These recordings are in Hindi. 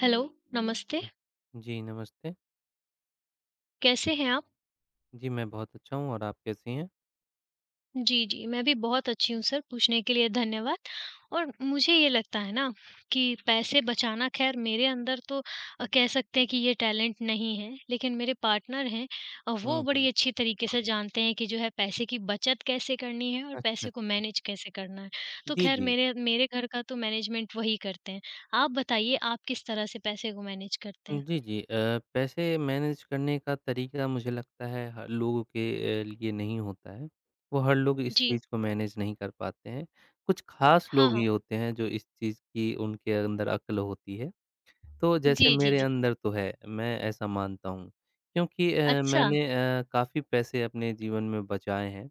हेलो, नमस्ते। अच्छा। जी, नमस्ते। कैसे हैं आप? जी, मैं बहुत अच्छा हूँ और आप कैसी हैं? जी, जी, मैं भी बहुत अच्छी हूँ सर, पूछने के लिए धन्यवाद। और मुझे ये लगता है ना कि पैसे बचाना ख़ैर मेरे अंदर तो कह सकते हैं कि ये टैलेंट नहीं है, लेकिन मेरे पार्टनर हैं, वो हुँ, बड़ी हुँ। अच्छी तरीके से जानते हैं कि जो है पैसे की बचत कैसे करनी है और अच्छा, पैसे को अच्छा। मैनेज कैसे करना है। तो जी, ख़ैर जी। मेरे मेरे घर का तो मैनेजमेंट वही करते हैं। आप बताइए आप किस तरह से पैसे को मैनेज करते हैं? जी, जी। पैसे मैनेज करने का तरीका मुझे लगता है हर लोगों के लिए नहीं होता है। वो हर लोग इस जी। चीज़ को मैनेज नहीं कर पाते हैं। कुछ ख़ास हाँ, लोग ही हाँ। होते हैं जो इस चीज़ की उनके अंदर अक्ल होती है। तो जैसे जी, जी, मेरे जी। अंदर तो है, मैं ऐसा मानता हूँ क्योंकि अच्छा, मैंने काफ़ी पैसे अपने जीवन में बचाए हैं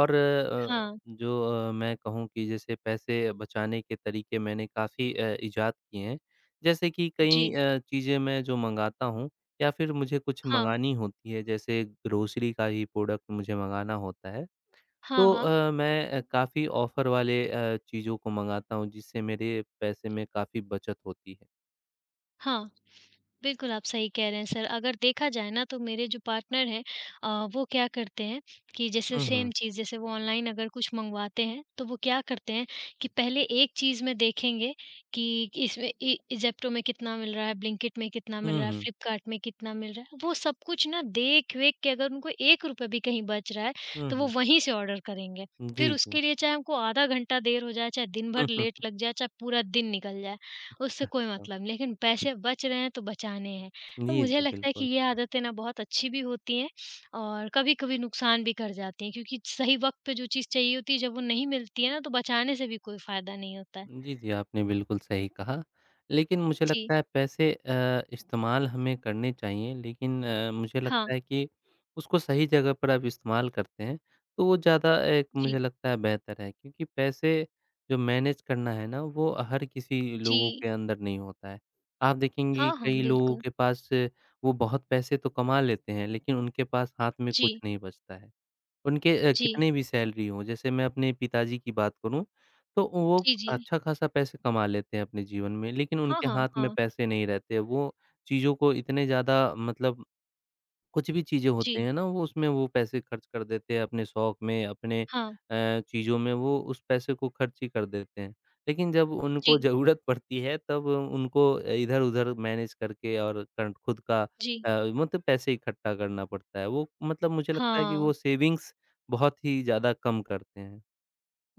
और हाँ। जो मैं कहूँ कि जैसे पैसे बचाने के तरीके मैंने काफ़ी इजाद किए हैं। जैसे कि जी। कई चीज़ें मैं जो मँगाता हूँ या फिर मुझे कुछ हाँ, मँगानी होती है, जैसे ग्रोसरी का ही प्रोडक्ट मुझे मँगाना होता है, हाँ, तो हाँ, मैं काफ़ी ऑफ़र वाले चीज़ों को मँगाता हूँ जिससे मेरे पैसे में काफ़ी बचत होती है। हाँ, बिल्कुल आप सही कह रहे हैं सर। अगर देखा जाए ना तो मेरे जो पार्टनर हैं, वो क्या करते हैं कि जैसे हुँ, हुँ। सेम चीज़, जैसे वो ऑनलाइन अगर कुछ मँगवाते हैं, तो वो क्या करते हैं कि पहले एक चीज़ में देखेंगे कि इसमें इ ज़ेप्टो में कितना मिल रहा है, ब्लिंकिट में कितना मिल हुँ, रहा है, हुँ। फ्लिपकार्ट में कितना मिल रहा है। वो सब कुछ ना देख-वेख के अगर उनको ₹1 भी कहीं बच रहा है, हुँ, तो वो हुँ। वहीं से ऑर्डर करेंगे। फिर जी, जी। उसके लिए चाहे हमको आधा घंटा देर हो जाए, चाहे दिन हुँ, भर लेट हुँ। लग जाए, चाहे पूरा दिन निकल जाए। उससे कोई अच्छा। मतलब नहीं, लेकिन पैसे बच रहे हैं तो बचाने हैं। तो जी, मुझे जी, लगता है कि बिल्कुल। ये आदतें ना बहुत अच्छी भी होती हैं और कभी-कभी नुकसान भी कर जाती हैं क्योंकि सही वक़्त पे जो चीज़ चाहिए होती है जब वो नहीं मिलती है ना तो बचाने से भी कोई फ़ायदा नहीं होता है। जी, जी, आपने बिल्कुल सही कहा। लेकिन मुझे जी। लगता है पैसे इस्तेमाल हमें करने चाहिए लेकिन मुझे हाँ। लगता है कि उसको सही जगह पर आप इस्तेमाल करते हैं, तो वो ज़्यादा एक जी। मुझे लगता है बेहतर है क्योंकि पैसे जो मैनेज करना है ना, वो हर किसी जी। लोगों के अंदर नहीं होता है। आप देखेंगे कि हाँ, हाँ, कई लोगों बिल्कुल। के पास वो बहुत पैसे तो कमा लेते हैं लेकिन उनके पास हाथ में जी। कुछ नहीं बचता है। उनके जी। कितने भी सैलरी हो, जैसे मैं अपने पिताजी की बात करूँ, तो वो जी, जी। अच्छा खासा पैसे कमा लेते हैं अपने जीवन में, लेकिन हाँ, उनके हाँ, हाथ में हाँ। पैसे नहीं रहते। वो चीज़ों को इतने ज़्यादा मतलब कुछ भी चीज़ें होती जी। हैं ना, वो उसमें वो पैसे खर्च कर देते हैं अपने शौक में, अपने हाँ। चीज़ों में वो उस पैसे को खर्च ही कर देते हैं। लेकिन जब उनको जी। ज़रूरत पड़ती है तब उनको इधर-उधर मैनेज करके और कन खुद का जी। अ, मतलब पैसे इकट्ठा करना पड़ता है। वो मतलब मुझे लगता है कि वो हाँ। सेविंग्स बहुत ही ज़्यादा कम करते हैं।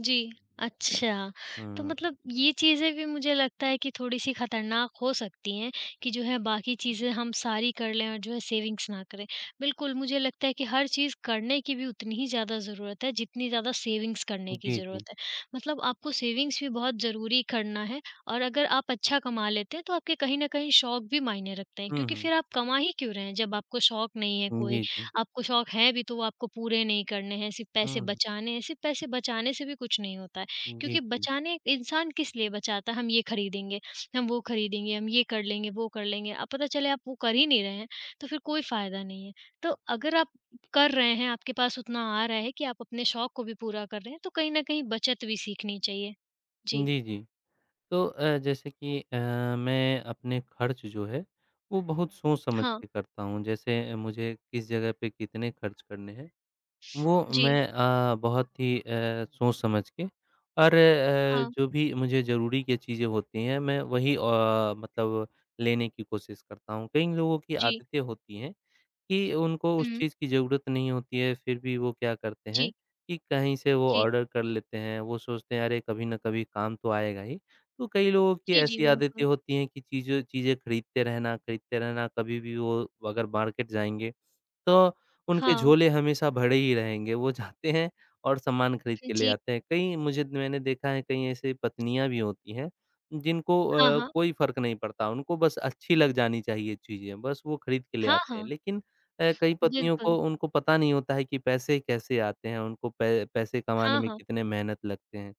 जी, अच्छा। तो हुँ, मतलब ये चीज़ें भी मुझे लगता है कि थोड़ी-सी खतरनाक हो सकती हैं कि जो है बाकी चीज़ें हम सारी कर लें और जो है सेविंग्स ना करें। बिल्कुल, मुझे लगता है कि हर चीज़ करने की भी उतनी ही ज़्यादा ज़रूरत है, जितनी ज़्यादा सेविंग्स करने की जी, जी। ज़रूरत है। मतलब आपको सेविंग्स भी बहुत ज़रूरी करना है और अगर आप अच्छा कमा लेते हैं तो आपके कहीं न कहीं शौक भी मायने रखते हैं हुँ, क्योंकि हुँ। फिर आप कमा ही क्यों रहे हैं जब आपको शौक नहीं है कोई। जी, जी। आपको शौक है भी तो वो आपको पूरे नहीं करने हैं, सिर्फ़ पैसे हुँ, बचाने हैं, सिर्फ़ पैसे बचाने से भी कुछ नहीं होता है। जी, क्योंकि जी। बचाने इंसान किस लिए बचाता है, हम ये खरीदेंगे, हम वो खरीदेंगे, हम ये कर लेंगे, वो कर लेंगे। अब पता चले आप वो कर ही नहीं रहे हैं, तो फिर कोई फ़ायदा नहीं है। तो अगर आप कर रहे हैं, आपके पास उतना आ रहा है कि आप अपने शौक को भी पूरा कर रहे हैं, तो कहीं न कहीं बचत भी सीखनी चाहिए। जी। जी, जी। तो जैसे कि मैं अपने खर्च जो है, वो बहुत हुँ। सोच समझ हाँ। के करता हूँ। जैसे मुझे किस जगह पे कितने खर्च करने हैं, वो जी। मैं बहुत ही सोच समझ के और हाँ। जो भी मुझे ज़रूरी की चीज़ें होती हैं, मैं वही मतलब लेने की कोशिश करता हूँ। कई लोगों की जी। आदतें होती हैं कि उनको उस हुँ। चीज़ की ज़रूरत नहीं होती है, फिर भी वो क्या करते हैं जी, कि कहीं से वो जी। ऑर्डर कर लेते हैं। वो सोचते हैं अरे कभी न कभी काम तो आएगा ही। तो कई लोगों की जी, जी, ऐसी आदतें बिल्कुल। होती हैं कि चीज़ें चीज़ें खरीदते रहना, कभी भी वो अगर मार्केट जाएँगे तो उनके हाँ। झोले हमेशा भरे ही रहेंगे, वो जाते हैं और सामान खरीद के ले जी। आते हैं। कई मुझे मैंने देखा है कई ऐसी पत्नियाँ भी होती हैं, जिनको हाँ, हाँ। कोई फ़र्क नहीं पड़ता, उनको बस अच्छी लग जानी चाहिए चीज़ें, बस वो खरीद के ले हाँ, आते हैं। हाँ। लेकिन कई पत्नियों बिल्कुल। को उनको पता नहीं होता है कि पैसे कैसे आते हैं, उनको पै पैसे कमाने हाँ, में हाँ। कितने मेहनत लगते हैं।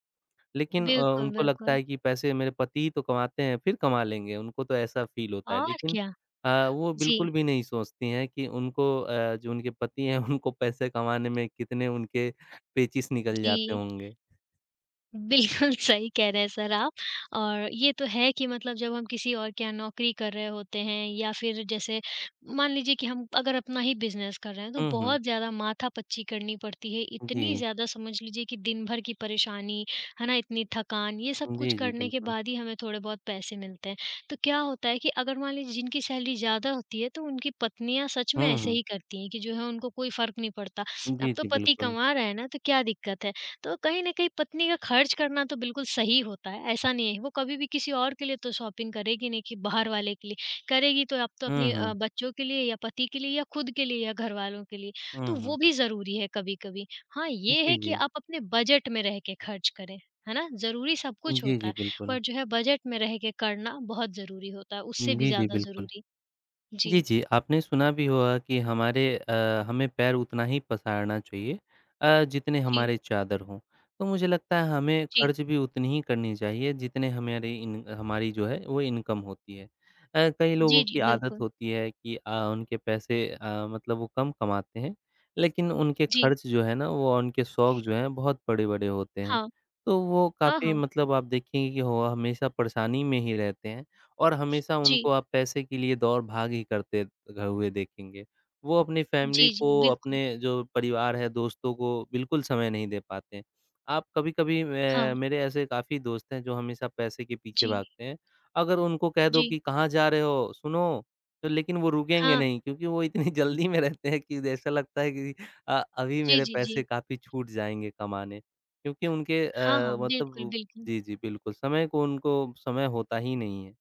लेकिन बिल्कुल, उनको लगता बिल्कुल। है कि पैसे मेरे पति ही तो कमाते हैं, फिर कमा लेंगे, उनको तो ऐसा फ़ील होता है। और लेकिन क्या? वो जी, बिल्कुल भी नहीं सोचती हैं कि उनको जो उनके पति हैं उनको पैसे कमाने में कितने उनके पेचिश निकल जाते जी। होंगे। बिल्कुल सही कह रहे हैं सर आप। और ये तो है कि मतलब जब हम किसी और के यहाँ नौकरी कर रहे होते हैं या फिर जैसे मान लीजिए कि हम अगर अपना ही बिजनेस कर रहे हैं तो हुँ, हुँ। बहुत ज़्यादा माथापच्ची करनी पड़ती है। इतनी जी। ज़्यादा समझ लीजिए कि दिन भर की परेशानी, है ना? इतनी थकान ये सब कुछ जी, जी, करने के बिल्कुल। बाद ही हमें थोड़े बहुत पैसे मिलते हैं। तो क्या होता है कि अगर मान लीजिए जिनकी सैलरी ज़्यादा होती है तो उनकी पत्नियाँ सच में हुँ, ऐसे हुँ। ही करती हैं कि जो है उनको कोई फ़र्क नहीं पड़ता। अब जी, तो जी, पति बिल्कुल। कमा रहा है ना तो क्या दिक्कत है? तो कहीं न कहीं पत्नी का खर्च करना तो बिल्कुल सही होता है, ऐसा नहीं है। वो कभी भी किसी और के लिए तो शॉपिंग करेगी नहीं कि बाहर वाले के लिए। करेगी तो आप तो हुँ, अपने, हुँ। बच्चों के लिए या पति के लिए या खुद के लिए या घरवालों के लिए। तो हुँ, हुँ। वो भी ज़रूरी है कभी-कभी। हाँ, ये जी, है कि जी। आप अपने बजट में रह के खर्च करें, है ना? ज़रूरी सब कुछ जी, होता जी, है, बिल्कुल। पर जो है बजट में रह के करना बहुत ज़रूरी होता है, उससे भी जी, जी, ज़्यादा बिल्कुल। ज़रूरी। जी, जी, जी। आपने सुना भी होगा कि हमें पैर उतना ही पसारना चाहिए जितने जी, हमारे चादर हों। तो मुझे लगता है हमें जी। खर्च भी उतनी ही करनी चाहिए जितने हमारे इन हमारी जो है वो इनकम होती है। कई लोगों जी, जी, की आदत बिल्कुल। होती है कि उनके पैसे मतलब वो कम कमाते हैं, लेकिन उनके जी, खर्च जो है ना वो उनके शौक जो हैं बहुत बड़े-बड़े होते हैं। हाँ। तो वो हाँ, काफ़ी हाँ। मतलब आप देखेंगे कि वो हमेशा परेशानी में ही रहते हैं। और हमेशा जी। उनको आप पैसे के लिए दौड़-भाग ही करते ग हुए देखेंगे। वो अपनी फ़ैमिली जी, जी, को, बिल्कुल। अपने जो परिवार है, दोस्तों को बिल्कुल समय नहीं दे पाते हैं। आप कभी-कभी हाँ, मैं मेरे ऐसे काफ़ी दोस्त हैं जो हमेशा पैसे के पीछे जी। भागते हैं। अगर उनको कह दो जी। कि कहाँ जा रहे हो? सुनो, तो लेकिन वो रुकेंगे हाँ। नहीं क्योंकि वो इतनी जल्दी में रहते हैं कि ऐसा लगता है कि अभी जी, मेरे जी, पैसे जी। काफ़ी छूट जाएँगे कमाने। क्योंकि उनके हाँ, हाँ। बिल्कुल, मतलब बिल्कुल। जी, जी, बिल्कुल समय को उनको समय होता ही नहीं है।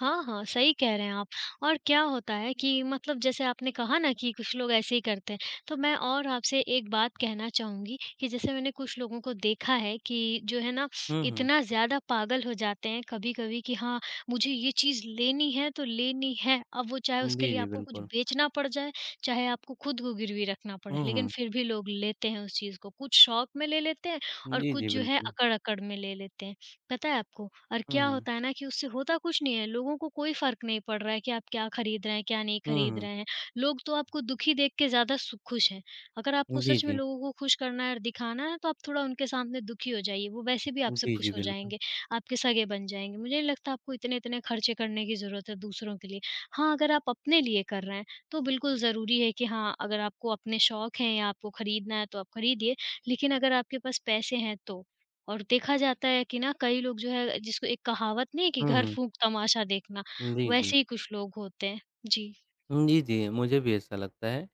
हाँ, हाँ, सही कह रहे हैं आप। और क्या होता है कि मतलब जैसे आपने कहा ना कि कुछ लोग ऐसे ही करते हैं, तो मैं और आपसे एक बात कहना चाहूँगी कि जैसे मैंने कुछ लोगों को देखा है कि जो है ना, हुँ, हुँ। इतना ज़्यादा पागल हो जाते हैं कभी-कभी कि हाँ, मुझे ये चीज़ लेनी है तो लेनी है। अब वो चाहे उसके जी, लिए जी, आपको कुछ बिल्कुल। बेचना पड़ जाए, चाहे आपको खुद को गिरवी रखना पड़े, हुँ, लेकिन हुँ। फिर भी लोग लेते हैं उस चीज़ को। कुछ शौक में ले लेते हैं और जी, कुछ जी, जो है बिल्कुल। अकड़-अकड़ में ले लेते हैं। पता है आपको? और हुँ, क्या हुँ। होता है ना कि उससे होता कुछ नहीं है, लोगों को कोई फ़र्क नहीं पड़ रहा है कि आप क्या खरीद रहे हैं, क्या नहीं हुँ, खरीद हुँ। रहे हैं। लोग तो आपको दुखी देख के ज़्यादा सु खुश हैं। अगर आपको जी, सच में जी। लोगों को खुश करना है और दिखाना है, तो आप थोड़ा उनके सामने दुखी हो जाइए, वो वैसे भी आपसे जी, खुश जी, हो बिल्कुल। जाएँगे, आपके सगे बन जाएँगे। मुझे नहीं लगता आपको इतने-इतने खर्चे करने की ज़रूरत है दूसरों के लिए। हाँ, अगर आप अपने लिए कर रहे हैं, तो बिल्कुल ज़रूरी है कि हाँ, अगर आपको अपने शौक हैं या आपको खरीदना है, तो आप खरीदिए, लेकिन अगर आपके पास पैसे हैं तो? और देखा जाता है कि ना कई लोग जो है जिसको एक कहावत नहीं है कि हुँ, घर हुँ। फूँक तमाशा देखना, जी, जी। वैसे ही कुछ लोग होते हैं। जी, जी, जी, मुझे भी ऐसा लगता है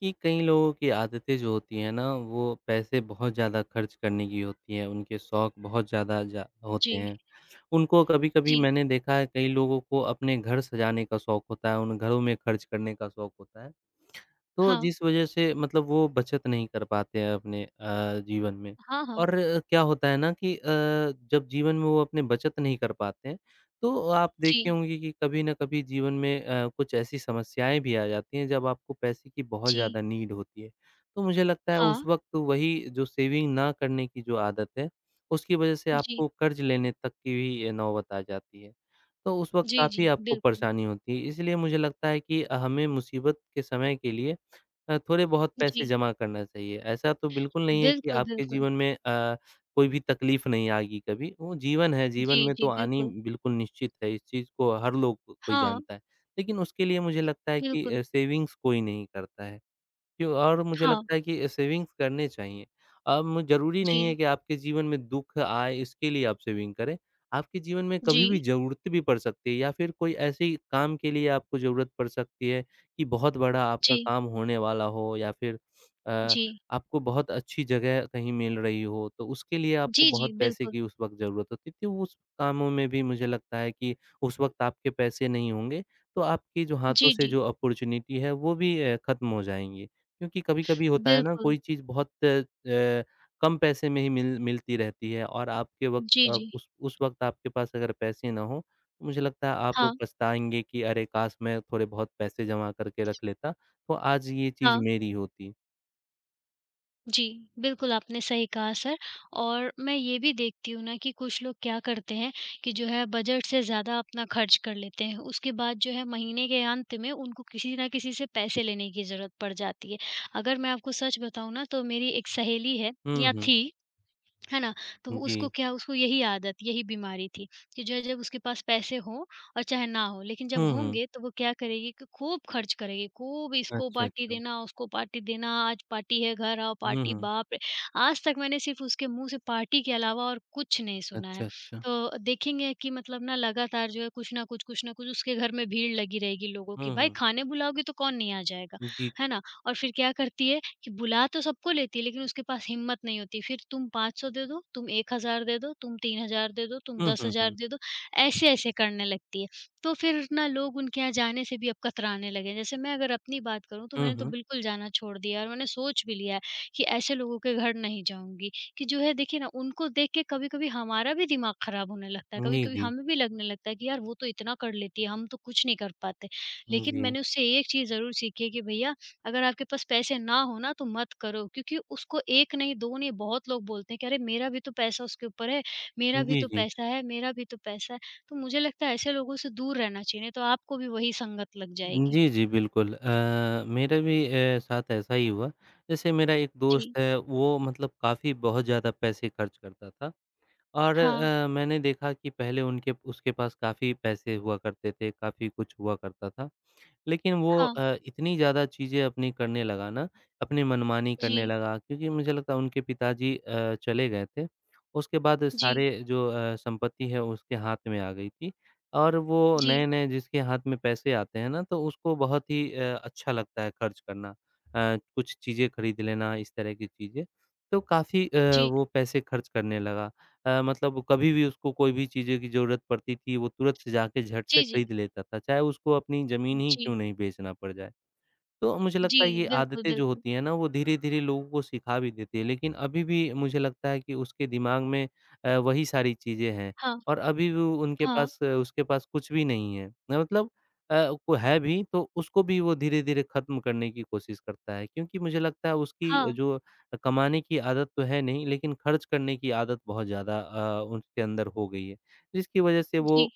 कि कई लोगों की आदतें जो होती हैं ना, वो पैसे बहुत ज़्यादा खर्च करने की होती हैं, उनके शौक बहुत ज़्यादा जा जी, होते हैं। उनको कभी-कभी जी। मैंने देखा है, कई लोगों को अपने घर सजाने का शौक होता है, उन घरों में खर्च करने का शौक होता है। तो हाँ, जिस वजह से मतलब वो बचत नहीं कर पाते हैं अपने जीवन में हाँ, हाँ। और क्या होता है ना कि जब जीवन में वो अपने बचत नहीं कर पाते हैं, तो आप देखे जी, होंगे कि कभी ना कभी जीवन में कुछ ऐसी समस्याएँ भी आ जाती हैं, जब आपको पैसे की बहुत जी। ज़्यादा नीड होती है। तो मुझे लगता है उस हाँ। वक़्त वही जो सेविंग ना करने की जो आदत है, उसकी वजह से जी, आपको कर्ज़ लेने तक की भी ये नौबत आ जाती है। तो उस वक़्त जी, जी। काफ़ी आपको बिल्कुल। परेशानी होती है, इसलिए मुझे लगता है कि हमें मुसीबत के समय के लिए थोड़े बहुत पैसे जी। जमा करना चाहिए। ऐसा तो बिल्कुल नहीं है कि बिल्कुल, आपके बिल्कुल। जीवन में कोई भी तकलीफ़ नहीं आएगी कभी। वो जीवन है, जीवन जी, में तो जी, आनी बिल्कुल। बिल्कुल निश्चित है, इस चीज़ को हर कोई हाँ, जानता है। लेकिन उसके लिए मुझे लगता है कि बिल्कुल। सेविंग्स कोई नहीं करता है। क्यों और मुझे हाँ। लगता है कि सेविंग्स करने चाहिए। अब ज़रूरी नहीं है जी, कि आपके जीवन में दुःख आए इसके लिए आप सेविंग करें। आपके जीवन में कभी भी जी, ज़रूरत भी पड़ सकती है या फिर कोई ऐसी काम के लिए आपको ज़रूरत पड़ सकती है कि बहुत बड़ा आपका जी, काम होने वाला हो या फिर अ, जी। आपको बहुत अच्छी जगह कहीं मिल रही हो, तो उसके लिए आपको जी, जी, बहुत पैसे बिल्कुल। की उस वक़्त ज़रूरत होती थी। उस कामों में भी मुझे लगता है कि उस वक़्त आपके पैसे नहीं होंगे, तो आपकी जो हाथों जी, से जी। जो अपॉर्च्युनिटी है वो भी ख़त्म हो जाएँगी। क्योंकि कभी-कभी होता है ना बिल्कुल। कोई चीज़ बहुत कम पैसे में ही मिलती रहती है और आपके वक़्त जी, जी। उस वक़्त आपके पास अगर पैसे ना हों, तो मुझे लगता है आप हाँ, पछताएँगे कि अरे! काश मैं थोड़े बहुत पैसे जमा करके रख लेता, तो आज ये चीज़ हाँ। मेरी होती। जी, बिल्कुल आपने सही कहा सर। और मैं ये भी देखती हूँ ना कि कुछ लोग क्या करते हैं कि जो है बजट से ज़्यादा अपना खर्च कर लेते हैं। उसके बाद जो है महीने के अंत में उनको किसी न किसी से पैसे लेने की ज़रूरत पड़ जाती है। अगर मैं आपको सच बताऊँ ना तो मेरी एक सहेली है हुँ, या हुँ। थी, है ना? तो जी। उसको क्या उसको यही आदत, यही बीमारी थी कि जो है जब उसके पास पैसे हों और चाहे ना हो, लेकिन जब हुँ, हुँ। होंगे तो वो क्या करेगी कि खूब खर्च करेगी, खूब इसको अच्छा, पार्टी अच्छा। देना, उसको पार्टी देना, आज पार्टी है, घर आओ हुँ, पार्टी, हुँ। बाप रे! आज तक मैंने सिर्फ़ उसके मुँह से पार्टी के अलावा और कुछ नहीं सुना है। अच्छा, अच्छा। तो देखेंगे कि मतलब ना लगातार जो है कुछ ना कुछ उसके घर में भीड़ लगी रहेगी लोगों की। हुँ, भाई हुँ। खाने बुलाओगी तो कौन नहीं आ जाएगा, जी। है ना? और फिर क्या करती है कि बुला तो सबको लेती है लेकिन उसके पास हिम्मत नहीं होती। फिर तुम 500 दे दो, तुम 1000 दे दो, तुम 3000 दे दो, तुम हुँ, हुँ, 10,000 हुँ। दे दो, ऐसे-ऐसे करने लगती है। तो फिर ना लोग उनके यहाँ जाने से भी अब कतराने लगे हैं। जैसे मैं अगर अपनी बात करूँ तो हुँ, मैंने तो हुँ। बिल्कुल जाना छोड़ दिया है और मैंने सोच भी लिया है कि ऐसे लोगों के घर नहीं जाऊँगी। कि जो है देखिए ना उनको देख के कभी-कभी हमारा भी दिमाग खराब होने लगता है, जी, कभी-कभी जी। हमें भी लगने लगता है कि यार वो तो इतना कर लेती है, हम तो कुछ नहीं कर पाते। लेकिन जी। मैंने उससे एक चीज़ ज़रूर सीखी है कि भैया अगर आपके पास पैसे ना हो ना तो मत करो क्योंकि उसको 1 नहीं 2 नहीं बहुत लोग बोलते हैं कि अरे मेरा भी तो पैसा उसके ऊपर है, मेरा भी जी, तो जी। पैसा है, मेरा भी तो पैसा है। तो मुझे लगता है ऐसे लोगों से दूर रहना चाहिए, नहीं तो आपको भी वही संगत लग जाएगी। जी, जी, बिल्कुल। मेरे भी साथ ऐसा ही हुआ। जैसे मेरा एक जी। दोस्त है, वो मतलब काफ़ी बहुत ज़्यादा पैसे खर्च करता था और हाँ, मैंने देखा कि पहले उनके उसके पास काफ़ी पैसे हुआ करते थे, काफ़ी कुछ हुआ करता था। लेकिन वो हाँ। इतनी ज़्यादा चीज़ें अपनी करने लगा ना, अपनी मनमानी करने जी, लगा क्योंकि मुझे लगता है उनके पिताजी चले गए थे। उसके बाद जी, सारे जो संपत्ति है उसके हाथ में आ गई थी और वो जी, नए-नए जिसके हाथ में पैसे आते हैं ना, तो उसको बहुत ही अच्छा लगता है खर्च करना। कुछ चीज़ें खरीद लेना, इस तरह की चीज़ें। तो काफ़ी जी, वो पैसे खर्च करने लगा। मतलब कभी भी उसको कोई भी चीज़ें की ज़रूरत पड़ती थी, वो तुरंत से जाके झट से जी, जी, खरीद लेता था, चाहे उसको अपनी ज़मीन ही क्यों जी, नहीं बेचना पड़ जाए। तो मुझे जी, लगता है ये बिल्कुल, आदतें जो बिल्कुल। होती हैं ना, वो धीरे-धीरे लोगों को सिखा भी देती है, लेकिन अभी भी मुझे लगता है कि उसके दिमाग में वही सारी चीज़ें हैं हाँ, और अभी भी हाँ, उसके पास कुछ भी नहीं है। ना मतलब अ, वो है भी तो उसको भी वो धीरे-धीरे खत्म करने की कोशिश करता है क्योंकि मुझे लगता है उसकी हाँ। जो कमाने की आदत तो है नहीं, लेकिन खर्च करने की आदत बहुत ज़्यादा उसके अंदर हो गई है। जिसकी वजह से वो जी,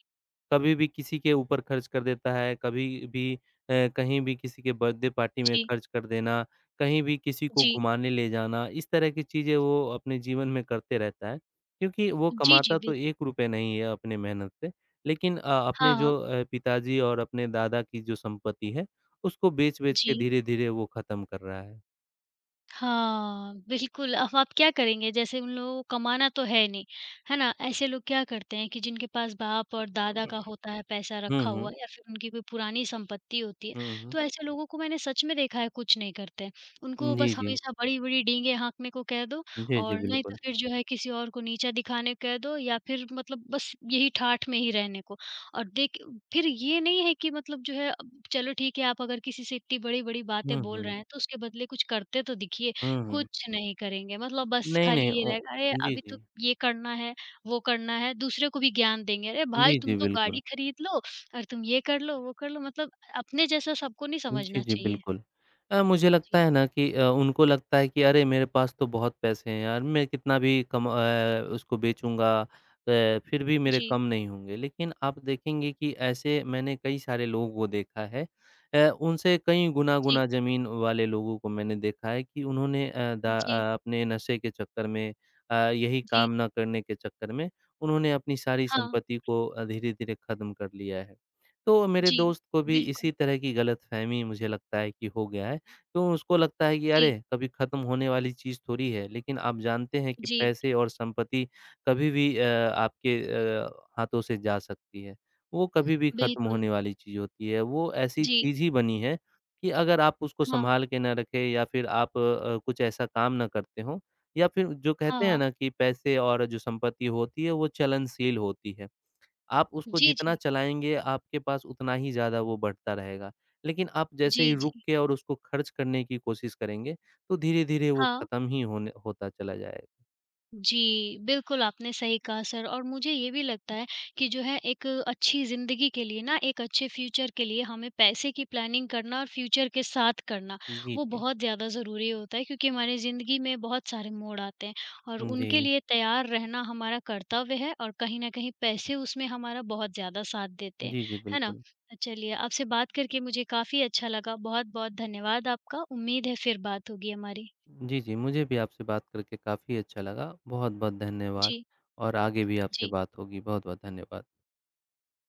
कभी भी किसी के ऊपर खर्च कर देता है, कभी भी कहीं भी किसी के बर्थडे पार्टी में जी, खर्च कर देना, कहीं भी किसी को जी, घुमाने ले जाना, इस तरह की चीज़ें वो अपने जीवन में करते रहता है। क्योंकि वो जी, जी, कमाता तो बिल ₹1 नहीं है अपने मेहनत से, लेकिन अपने हाँ, जो हाँ। पिताजी और अपने दादा की जो संपत्ति है, उसको बेच-बेच के जी। धीरे-धीरे वो ख़त्म कर रहा है। हाँ, बिल्कुल, अब आप क्या करेंगे? जैसे उन लोगों को कमाना तो है नहीं, है ना? ऐसे लोग क्या करते हैं कि जिनके पास बाप और दादा का होता है पैसा हुँ, रखा हुँ। हुआ या फिर उनकी कोई पुरानी संपत्ति होती है, हुँ, हुँ। तो ऐसे लोगों को मैंने सच में देखा है कुछ नहीं करते हैं। उनको जी, बस जी। हमेशा बड़ी-बड़ी डींगे हाँकने को कह दो जी, जी, और नहीं तो बिल्कुल। फिर जो है किसी और को नीचा दिखाने को कह दो या फिर मतलब बस यही ठाठ में ही रहने को। और देख फिर ये नहीं है कि मतलब जो है अब चलो ठीक है आप अगर किसी से इतनी बड़ी-बड़ी बातें हुँ, बोल रहे हुँ। हुँ। हैं तो उसके बदले कुछ करते तो दिखिए, हुँ, हुँ। कुछ नहीं करेंगे मतलब बस नहीं, खाली नहीं, ये ओ रहेगा अरे जी, अभी तो जी। ये करना है, वो करना है, दूसरे को भी ज्ञान देंगे। अरे भाई जी, जी, तुम तो बिल्कुल। गाड़ी खरीद लो और तुम ये कर लो, वो कर लो मतलब अपने जैसा सबको नहीं जी, समझना जी, चाहिए। बिल्कुल। मुझे लगता जी, है ना कि उनको लगता है कि अरे! मेरे पास तो बहुत पैसे हैं यार, मैं कितना भी कम उसको बेचूँगा, फिर भी मेरे जी, कम नहीं होंगे। लेकिन आप देखेंगे कि ऐसे मैंने कई सारे लोगों को देखा है उनसे कई जी, गुना-गुना ज़मीन वाले लोगों को मैंने देखा है कि उन्होंने जी, अपने नशे के चक्कर में यही जी, काम ना करने के चक्कर में, उन्होंने अपनी सारी हाँ, संपत्ति को धीरे-धीरे ख़त्म कर लिया है। तो मेरे जी, दोस्त को भी इसी बिल्कुल, तरह की गलतफ़हमी मुझे लगता है कि हो गया है। तो उसको लगता है कि अरे! जी, कभी ख़त्म होने वाली चीज़ थोड़ी है। लेकिन आप जानते हैं कि जी, पैसे और संपत्ति कभी भी आपके अ, हाथों से जा सकती है। वो कभी भी ख़त्म बिल्कुल, होने वाली चीज़ होती है। वो ऐसी जी, चीज़ ही बनी है कि अगर आप उसको हाँ, सँभाल के ना रखें या फिर आप कुछ ऐसा काम ना करते हों या फिर जो हाँ, कहते हैं हाँ, ना कि पैसे और जो संपत्ति होती है वो चलनशील होती है। आप उसको जी, जितना जी, चलाएँगे, आपके पास उतना ही ज़्यादा वो बढ़ता रहेगा। लेकिन आप जैसे जी, ही जी, रुक के और उसको खर्च करने की कोशिश करेंगे, तो धीरे-धीरे वो हाँ। ख़त्म ही होने होता चला जाएगा। जी, बिल्कुल आपने सही कहा सर और मुझे ये भी लगता है कि जो है एक अच्छी ज़िंदगी के लिए ना, एक अच्छे फ्यूचर के लिए हमें पैसे की प्लानिंग करना और फ्यूचर के साथ करना, जी, वो जी। बहुत ज़्यादा ज़रूरी होता है क्योंकि हमारी ज़िंदगी में बहुत सारे मोड़ आते हैं और जी। उनके लिए तैयार रहना हमारा कर्तव्य है और कहीं न कहीं पैसे उसमें हमारा बहुत ज़्यादा साथ देते हैं, जी, जी, है ना? बिल्कुल। तो चलिए आपसे बात करके मुझे काफ़ी अच्छा लगा, बहुत-बहुत धन्यवाद आपका। उम्मीद है फिर बात होगी हमारी। जी, जी, मुझे भी आपसे बात करके काफ़ी अच्छा लगा। बहुत-बहुत धन्यवाद जी, और आगे भी आपसे जी। बात होगी। बहुत-बहुत धन्यवाद।